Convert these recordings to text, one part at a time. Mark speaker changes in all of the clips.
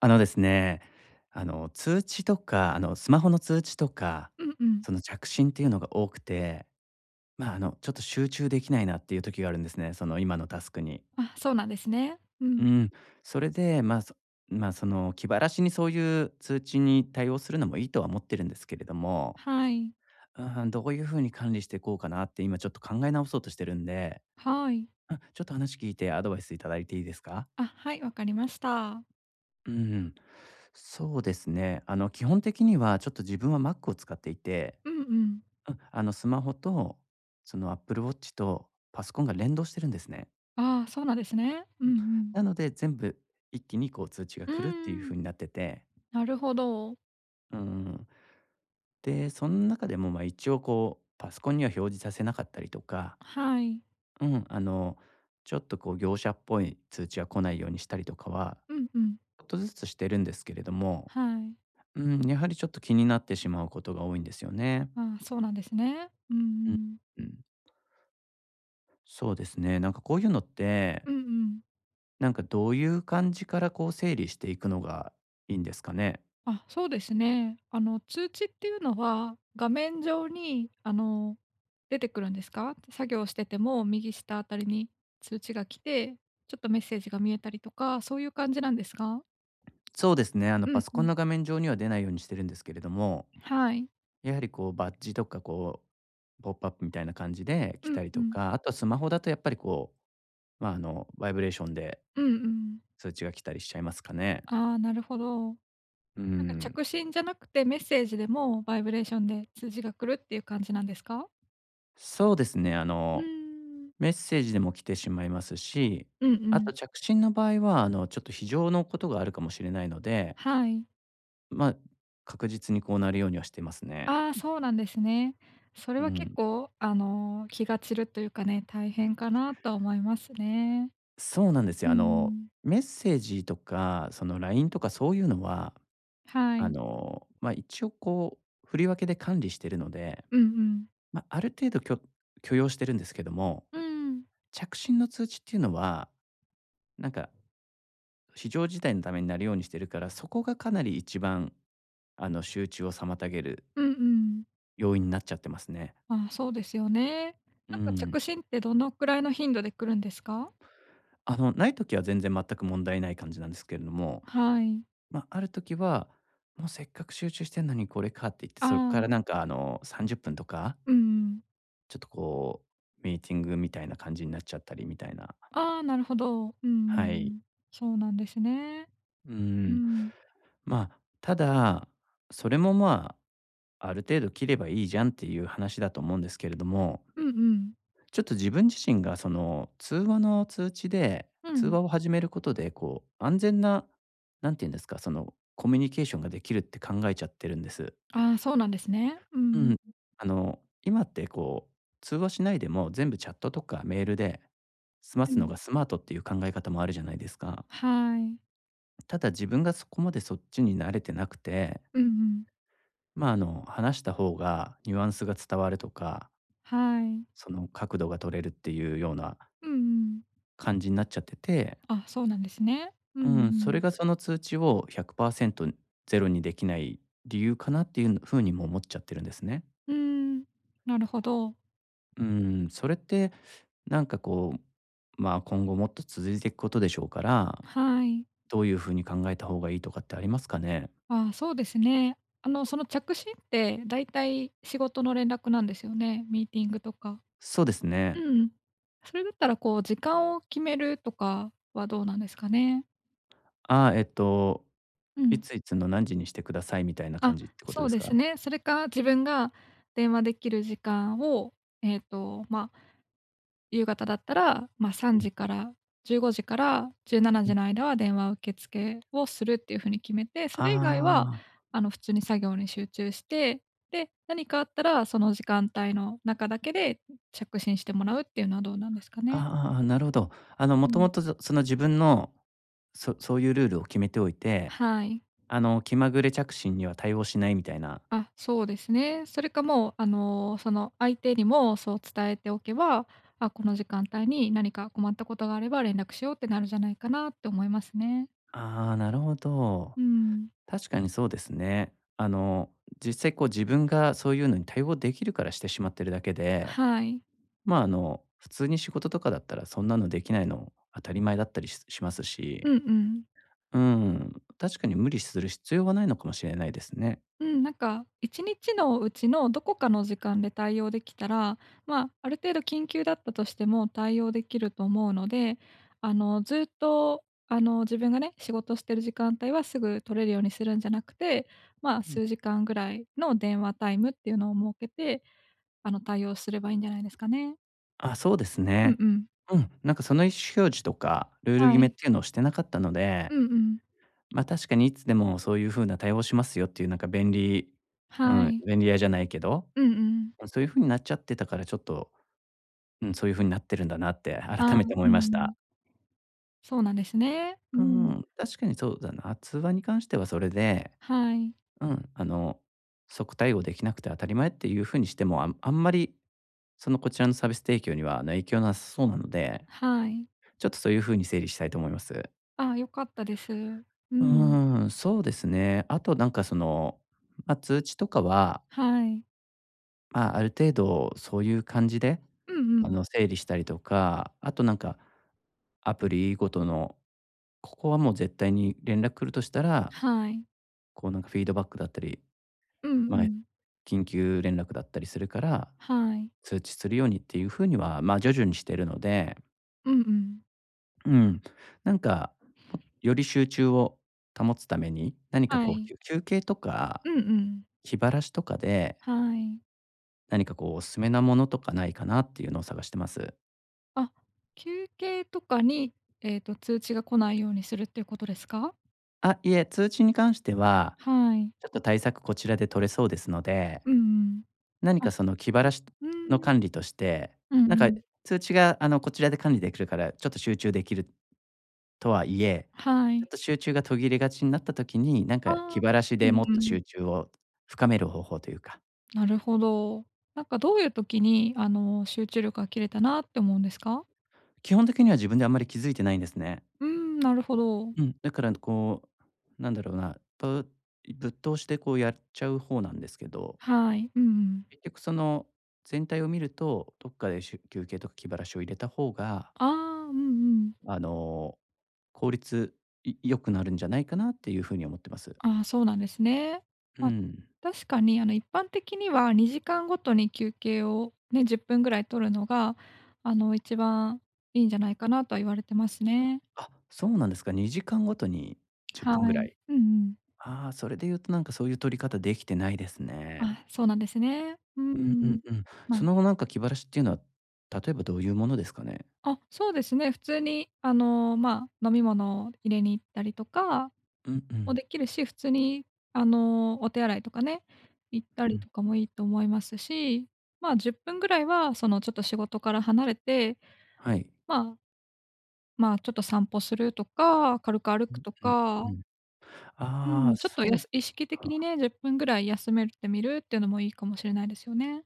Speaker 1: あのですね、あの、通知とか、スマホの通知とか、
Speaker 2: うんうん。
Speaker 1: その着信っていうのが多くて、ちょっと集中できないなっていう時があるんですね、その今のタスクに。
Speaker 2: あ、そうなんですね。うん。
Speaker 1: うん。それで、まあ、そまあ、その、気晴らしにそういう通知に対応するのもいいとは思ってるんですけれども、
Speaker 2: はい。
Speaker 1: うん、どういうふうに管理していこうかなって今ちょっと考え直そうとしてるんで、
Speaker 2: はい。
Speaker 1: うん、ちょっと話聞いてアドバイスいただいていいですか？
Speaker 2: あ、はい、わかりました。
Speaker 1: うん、そうですね。基本的にはちょっと自分は Mac を使っていて、
Speaker 2: うんうん。
Speaker 1: うん、スマホとその Apple Watch とパソコンが連動してるんですね。
Speaker 2: ああ、そうなんですね。うんうん。
Speaker 1: なので、全部一気にこう通知が
Speaker 2: う
Speaker 1: 来るっていう
Speaker 2: ーん、
Speaker 1: 風になってて、
Speaker 2: なるほど。
Speaker 1: うん。で、その中でもまあ一応こうパソコンには表示させなかったりとか、
Speaker 2: はい。
Speaker 1: うん、あの、ちょっとこう業者っぽい通知が来ないようにしたりとかは、
Speaker 2: うんうん。
Speaker 1: ちょっとずつしてるんですけれども、
Speaker 2: はい。
Speaker 1: うん、やはりちょっと気になってしまうことが多いんですよね。
Speaker 2: ああ、そうなんですね。うんう
Speaker 1: うん、
Speaker 2: ん。
Speaker 1: うん。そうですね。なんかこういうのって、
Speaker 2: うんうん。
Speaker 1: なんかどういう感じからこう整理していくのがいいんですかね？
Speaker 2: あ、そうですね。あの、通知っていうのは、画面上に、あの、出てくるんですか？作業してても、右下あたりに通知が来て、ちょっとメッセージが見えたりとか、そういう感じなんですか？
Speaker 1: そうですね。あの
Speaker 2: う
Speaker 1: パ
Speaker 2: ん
Speaker 1: ソ
Speaker 2: う
Speaker 1: コン
Speaker 2: ん。
Speaker 1: の画面上には出ないようにしてるんですけれども、
Speaker 2: はい。
Speaker 1: やはりこうバッジとかこう、ポップアップみたいな感じで来
Speaker 2: うん
Speaker 1: たり
Speaker 2: う
Speaker 1: と
Speaker 2: ん。
Speaker 1: か、あとはスマホだとやっぱりこう、バイブレーションで
Speaker 2: うんうん。
Speaker 1: 通知が来たりしちゃいますかね。
Speaker 2: ああ、なるほど。
Speaker 1: う
Speaker 2: なんか
Speaker 1: ん。
Speaker 2: 着信じゃなくてメッセージでもバイブレーションで通知が来るっていう感じなんですか？
Speaker 1: そうですね。あ
Speaker 2: う
Speaker 1: の
Speaker 2: ーん。
Speaker 1: メッセージでも来てしまいますし、
Speaker 2: うん
Speaker 1: あ
Speaker 2: うん。
Speaker 1: と着信の場合はあのちょっと非常のことがあるかもしれないので、
Speaker 2: はい。
Speaker 1: まあ、確実にこうなるようにはしてますね。
Speaker 2: ああ、そうなんですね。それ
Speaker 1: う
Speaker 2: は結
Speaker 1: ん。
Speaker 2: 構、あの、気が散るというかね、大変かなとは思いますね。
Speaker 1: そうなんです
Speaker 2: う
Speaker 1: よ。あの、
Speaker 2: ん
Speaker 1: メッセージとか、その LINE とかそういうのは、
Speaker 2: はい。
Speaker 1: 一応こう、振り分けで管理してるので、
Speaker 2: うんうん。
Speaker 1: まあ、ある程度許容してるんですけども、
Speaker 2: うん。
Speaker 1: 着信の通知っていうのは、なんか、非常事態のためになるようにしてるから、そこがかなり一番、あの、集中を妨げる
Speaker 2: うんうん。
Speaker 1: 要因になっちゃってますね。
Speaker 2: ああ、そうですよね。
Speaker 1: う
Speaker 2: なんか
Speaker 1: ん。
Speaker 2: 着信ってどのくらいの頻度で来るんですか？
Speaker 1: あの、ない時は全然全く問題ない感じなんですけれども、
Speaker 2: はい。
Speaker 1: まあ、ある時は、もうせっかく集中してんのにこれかって言って、
Speaker 2: あ
Speaker 1: それから
Speaker 2: あ。
Speaker 1: 30分とか、
Speaker 2: うんうん。
Speaker 1: ちょっとこうミーティングみたいな感じになっちゃったりみたいな。
Speaker 2: ああ、なるほど。う
Speaker 1: はい。
Speaker 2: んそうなんですね。
Speaker 1: う
Speaker 2: う
Speaker 1: ん。
Speaker 2: ん。
Speaker 1: ただ、それも、ある程度切ればいいじゃんっていう話だと思うんですけれども、
Speaker 2: うんうん。
Speaker 1: ちょっと自分自身がその通話の通知で、
Speaker 2: う
Speaker 1: 通
Speaker 2: ん。
Speaker 1: 話を始めることで、こう安全な、なんていうんですか、そのコミュニケーションができるって考えちゃってるんです。
Speaker 2: ああ、そうなんですね。う
Speaker 1: う
Speaker 2: んうん。
Speaker 1: ん。あの、今ってこう、通話しないでも全部チャットとかメールで済ま
Speaker 2: う
Speaker 1: すの
Speaker 2: ん。
Speaker 1: がスマートっていう考え方もあるじゃないですか。
Speaker 2: はい。
Speaker 1: ただ自分がそこまでそっちに慣れてなくて、
Speaker 2: うんうん。
Speaker 1: 話した方がニュアンスが伝わるとか、
Speaker 2: はい。
Speaker 1: その角度が取れるっていうような
Speaker 2: うんうん。
Speaker 1: 感じになっちゃってて、
Speaker 2: あ、そうなんですね。うんう
Speaker 1: うん、それ
Speaker 2: ん。
Speaker 1: がその通知を100%ゼロにできない理由かなっていうふうにも思っちゃってるんですね。
Speaker 2: うーん、なるほど。
Speaker 1: うん、それって、なんかこ今後もっと続いていくことでしょうから、
Speaker 2: はい。
Speaker 1: どういう風に考えた方がいいとかってありますかね？
Speaker 2: ああ、そうですね。あの、その着信ってだいたい仕事の連絡なんですよね、ミーティングとか。
Speaker 1: そうですね。
Speaker 2: うん。それだったらこう時間を決めるとかはどうなんですかね？
Speaker 1: えっと、
Speaker 2: う
Speaker 1: い
Speaker 2: ん。
Speaker 1: ついつの何時にしてくださいみたいな感
Speaker 2: あ、
Speaker 1: じってこと
Speaker 2: そ
Speaker 1: で
Speaker 2: う
Speaker 1: す
Speaker 2: で
Speaker 1: か？
Speaker 2: すね。それか、自分が電話できる時間を、まあ、夕方だったら、まあ、
Speaker 1: う
Speaker 2: 3
Speaker 1: ん
Speaker 2: 時から15時から17
Speaker 1: うん。
Speaker 2: 時の間は電話受付をするっていう風に決めて、そ
Speaker 1: あ
Speaker 2: れ以外は、
Speaker 1: ー
Speaker 2: あの、普通に作業に集中して、で、何かあったら、その時間帯の中だけで着信してもらうっていうのはどうなんですか
Speaker 1: あー、あ
Speaker 2: ね。
Speaker 1: ああああなるほど。あの、
Speaker 2: う
Speaker 1: もとも
Speaker 2: ん。
Speaker 1: と、その自分の、そういうルールを決めておいて、
Speaker 2: はい。
Speaker 1: あの、気まぐれ着信には対応しないみたいな。
Speaker 2: あ、そうですね。それかもう、あの、その相手にもそう伝えておけば、あ、この時間帯に何か困ったことがあれば連絡しようってなるじゃないかなって思いますね。
Speaker 1: ああ、なるほど。
Speaker 2: うん。
Speaker 1: 確かにそうですね。あの、実際こう自分がそういうのに対応できるからしてしまってるだけで、
Speaker 2: はい。
Speaker 1: 普通に仕事とかだったらそんなのできないの当たり前だったりします
Speaker 2: う
Speaker 1: し、
Speaker 2: んうん。
Speaker 1: うん、確かに無理する必要はないのかもしれないですね。
Speaker 2: うん、なんか1日のうちのどこかの時間で対応できたら、まあ、ある程度緊急だったとしても対応できると思うので、あの、ずっと、あの、自分がね、仕事してる時間帯はすぐ取れるようにするんじゃなくて、まあ、
Speaker 1: うん。
Speaker 2: 数時間ぐらいの電話タイムっていうのを設けて、あの、対応すればいいんじゃないですかね。
Speaker 1: あ、そうです
Speaker 2: うん
Speaker 1: ね。
Speaker 2: うん。
Speaker 1: うん、なんかその意思表示とか、ルール決
Speaker 2: は
Speaker 1: めっ
Speaker 2: い。
Speaker 1: ていうのをしてなかったので、
Speaker 2: うんうん。
Speaker 1: まあ確かにいつでもそういう風な対応しますよっていうなんか便利、う
Speaker 2: は
Speaker 1: ん、
Speaker 2: い。
Speaker 1: 便利屋じゃないけど、
Speaker 2: うんうん。
Speaker 1: そういう風になっちゃってたからちょっと、うん、そういう風になってるんだなって
Speaker 2: あ
Speaker 1: 改
Speaker 2: ー
Speaker 1: めて思
Speaker 2: う
Speaker 1: いまし
Speaker 2: んう
Speaker 1: た。
Speaker 2: ん。そうなんですね。う
Speaker 1: う
Speaker 2: ん。
Speaker 1: ん、確かにそうだな。通話に関してはそれで、
Speaker 2: はい。
Speaker 1: うん、あの、即対応できなくて当たり前っていう風にしても、あんまり、そのこちらのサービス提供には、あの、影響なさそうなので、
Speaker 2: はい。
Speaker 1: ちょっとそういう風に整理したいと思います。
Speaker 2: ああ、良かったです。う
Speaker 1: う
Speaker 2: ん。
Speaker 1: ーん、そうですね。あとなんかその、ま、通知とかは
Speaker 2: はい。
Speaker 1: まあ、ある程度そういう感じで、
Speaker 2: うんう
Speaker 1: あ
Speaker 2: ん。
Speaker 1: の、整理したりとか、あとなんか、アプリごとの、ここはもう絶対に連絡来るとしたら、
Speaker 2: はい。
Speaker 1: こうなんかフィードバックだったり、
Speaker 2: うんう
Speaker 1: まあ、
Speaker 2: ん。
Speaker 1: 緊急連絡だったりするから、
Speaker 2: はい。
Speaker 1: 通知するようにっていう風には、まあ、徐々にしてるので、
Speaker 2: うんうん。
Speaker 1: うん、なんか、もより集中を保つために、何か
Speaker 2: は
Speaker 1: こう、
Speaker 2: い。
Speaker 1: 休憩とか、
Speaker 2: うんうん。
Speaker 1: 気晴らしとかで、
Speaker 2: はい。
Speaker 1: 何かこうおすすめなものとかないかなっていうのを探してます。
Speaker 2: あ、休憩とかに、通知が来ないようにするっていうことですか？
Speaker 1: あ、いえ、通知に関しては、
Speaker 2: はい。
Speaker 1: ちょっと対策こちらで取れそうですので、
Speaker 2: うんうん。
Speaker 1: 何
Speaker 2: あ、
Speaker 1: かその気晴らし
Speaker 2: う
Speaker 1: の
Speaker 2: ん。
Speaker 1: 管理として、
Speaker 2: うんう
Speaker 1: なんか
Speaker 2: ん。
Speaker 1: 通知があのこちらで管理できるから、ちょっと集中できるとはいえ、
Speaker 2: は
Speaker 1: ちょっ
Speaker 2: い。
Speaker 1: と集中が途切れがちになった時に、なん
Speaker 2: あ
Speaker 1: か気
Speaker 2: あ、
Speaker 1: 晴らし
Speaker 2: う
Speaker 1: で
Speaker 2: ん
Speaker 1: もっ
Speaker 2: う
Speaker 1: と
Speaker 2: ん。
Speaker 1: 集中を深める方法というか、
Speaker 2: なるほど。なんかどういう時に、あの、集中力が切れたなって思うんですか？
Speaker 1: 基本的には自分であんまり気づいてないんですね。
Speaker 2: うーん、なるほど。
Speaker 1: うん、だからこう、なんだろうな、ぶぶっ通しでこうやっちゃう方なんですけど、
Speaker 2: はい。うんうん。
Speaker 1: 結局その全体を見ると、どっかで休憩とか気晴らしを入れた方が、
Speaker 2: ああ、うんうん。
Speaker 1: あの、効率良くなるんじゃないかなっていうふうに思ってます。
Speaker 2: ああ、そうなんですね。
Speaker 1: う
Speaker 2: まあ、
Speaker 1: ん。
Speaker 2: 確かにあの一般的には2時間ごとに休憩をね、10分ぐらい取るのが、あの一番いいんじゃないかなとは言われてますね。
Speaker 1: あ、そうなんですか。2時間ごとに10分ぐ
Speaker 2: はい。
Speaker 1: らい。
Speaker 2: うんうん。
Speaker 1: ああ、それで言うとなんかそういう取り方できてないですね。
Speaker 2: あ、そうなんですね。う
Speaker 1: うんうん
Speaker 2: ん。
Speaker 1: うん。
Speaker 2: ま
Speaker 1: そ
Speaker 2: あ、
Speaker 1: の後なんか気晴らしっていうのは、例えばどういうものですかね？
Speaker 2: あ、そうですね、普通にあの、まあ、飲み物を入れに行ったりとか
Speaker 1: うんう
Speaker 2: も
Speaker 1: ん、
Speaker 2: できるし、普通にあの、お手洗いとかね、行った
Speaker 1: う
Speaker 2: り
Speaker 1: ん。
Speaker 2: とかもいいと思いますし、ま、10分ぐらいはそのちょっと仕事から離れて、
Speaker 1: はい。
Speaker 2: まあまあ、ちょっと散歩するとか、軽く歩
Speaker 1: う
Speaker 2: く
Speaker 1: ん
Speaker 2: と
Speaker 1: うん
Speaker 2: か、
Speaker 1: うん。
Speaker 2: う
Speaker 1: ああ、
Speaker 2: ん、ちょっと
Speaker 1: そう
Speaker 2: 意識的
Speaker 1: か。
Speaker 2: にね、10分ぐらい休めてみるっていうのもいいかもしれないですよね。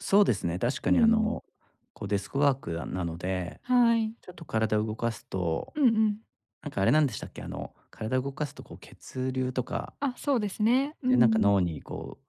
Speaker 1: そうですね、確か
Speaker 2: う
Speaker 1: にあ
Speaker 2: ん、
Speaker 1: の、こうデスクワークなので、
Speaker 2: はい。
Speaker 1: ちょっと体を動かすと、
Speaker 2: うんうん。
Speaker 1: なんかあれなんでしたっけ、あの、体を動かすとこう血流とか、
Speaker 2: あ、そうですね。う
Speaker 1: で、なんか
Speaker 2: ん。
Speaker 1: 脳にこう、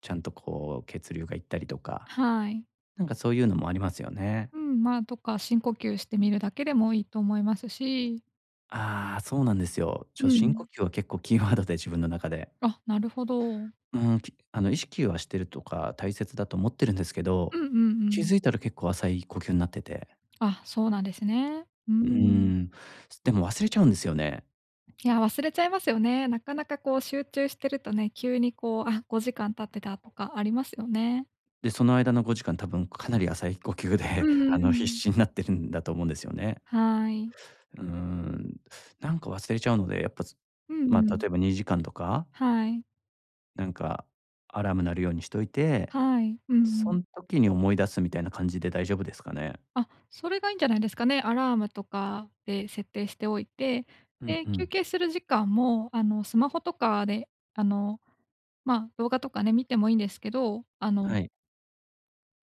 Speaker 1: ちゃんとこう血流が行ったりとか、
Speaker 2: はい。
Speaker 1: なんかそういうのもありますよね。
Speaker 2: うん、まあ、とか深呼吸してみるだけでもいいと思いますし、
Speaker 1: ああ、そうなんですよ。ち
Speaker 2: う
Speaker 1: ょ、深呼
Speaker 2: ん、
Speaker 1: 吸は結構キーワードで自分の中で。
Speaker 2: あ、なるほど。
Speaker 1: うん、あの意識はしてるとか、大切だと思ってるんですけ
Speaker 2: う
Speaker 1: ど、
Speaker 2: んうんう
Speaker 1: 気
Speaker 2: ん。
Speaker 1: づいたら結構浅い呼吸になってて。
Speaker 2: あ、そうなんですね。う
Speaker 1: う
Speaker 2: ん。
Speaker 1: ん、でも忘れちゃうんですよね。
Speaker 2: いや、忘れちゃいますよね。なかなかこう集中してるとね、急にこう、あ、5時間経ってたとかありますよね。
Speaker 1: で、その間の5時間多分かなり浅い呼吸で、
Speaker 2: うんう ん
Speaker 1: あ
Speaker 2: う
Speaker 1: の、必死
Speaker 2: ん。
Speaker 1: になってるんだと思うんですよね。
Speaker 2: はい。
Speaker 1: うーん。なんか忘れちゃうので、やっぱ、
Speaker 2: う
Speaker 1: ま
Speaker 2: んう
Speaker 1: あ、
Speaker 2: ん。
Speaker 1: 例えば2時間とか、
Speaker 2: はい。
Speaker 1: なんかアラーム鳴るようにしといて、
Speaker 2: はい。うんう
Speaker 1: そ
Speaker 2: ん。
Speaker 1: ん時に思い出すみたいな感じで大丈夫ですかね？
Speaker 2: あ、それがいいんじゃないですかね。アラームとかで設定しておいて、
Speaker 1: うん
Speaker 2: で、
Speaker 1: う
Speaker 2: 休
Speaker 1: ん。
Speaker 2: 憩する時間も、あの、スマホとかで、あの、まあ、動画とかね、見てもいいんですけど、あの
Speaker 1: はい。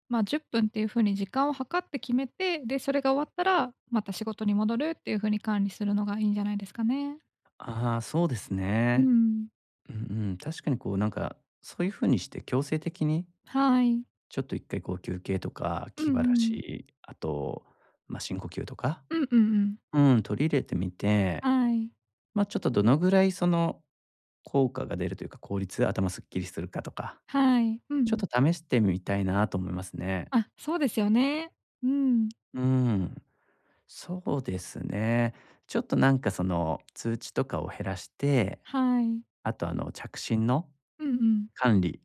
Speaker 2: まあ、10分っぷんっていう風に時間を計って決めて、で、それが終わったら、また仕事に戻るっていう風に管理するのがいいんじゃないですかね。
Speaker 1: ああ、そうです
Speaker 2: う
Speaker 1: ね。
Speaker 2: ん。
Speaker 1: うんうん。確かにこうなんか、そういう風にして強制的に、
Speaker 2: はい。
Speaker 1: ちょっと1回こう休憩とか、
Speaker 2: う
Speaker 1: 気晴ら
Speaker 2: んうん。
Speaker 1: し、あと、まあ、深呼吸とか、
Speaker 2: うんうんうん。
Speaker 1: うん、取り入れてみて、
Speaker 2: はい。
Speaker 1: まあ、ちょっとどのぐらいその効果が出るというか、効率、頭すっきりするかとか、
Speaker 2: はい。う
Speaker 1: ちょっ
Speaker 2: ん。
Speaker 1: と試してみたいなと思いますね。
Speaker 2: あ、そうですよね。うん。
Speaker 1: うん、そうですね。ちょっとなんかその通知とかを減らして、
Speaker 2: はい。
Speaker 1: あとあの着信の
Speaker 2: うんうん。
Speaker 1: 管理、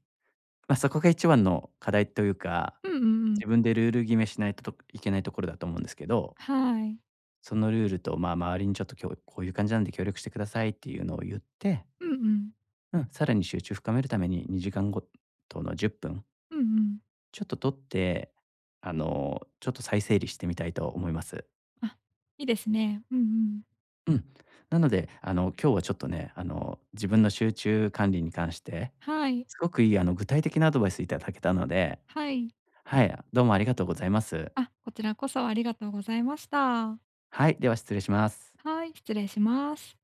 Speaker 1: まあ、そこが一番の課題というか、
Speaker 2: うんうんうん。
Speaker 1: 自分でルール決めしないといけないところだと思うんですけど、
Speaker 2: はい。
Speaker 1: そのルールと、ま、周りにちょっと今日こういう感じなんで協力してくださいっていうのを言って、
Speaker 2: うんうん。
Speaker 1: うん、さらに集中深めるために2時間ごとの10分
Speaker 2: うんうん。
Speaker 1: ちょっと取って、あの、ちょっと再整理してみたいと思います。
Speaker 2: あ、いいですね。うんうん。
Speaker 1: うん。なので、あの、今日はちょっとね、あの、自分の集中管理に関して、
Speaker 2: はい。
Speaker 1: すごくいい、あの、具体的なアドバイスいただけたので、
Speaker 2: はい。
Speaker 1: はい、どうもありがとうございます。
Speaker 2: あ、こちらこそありがとうございました。
Speaker 1: はい、では失礼します。
Speaker 2: はい、失礼します。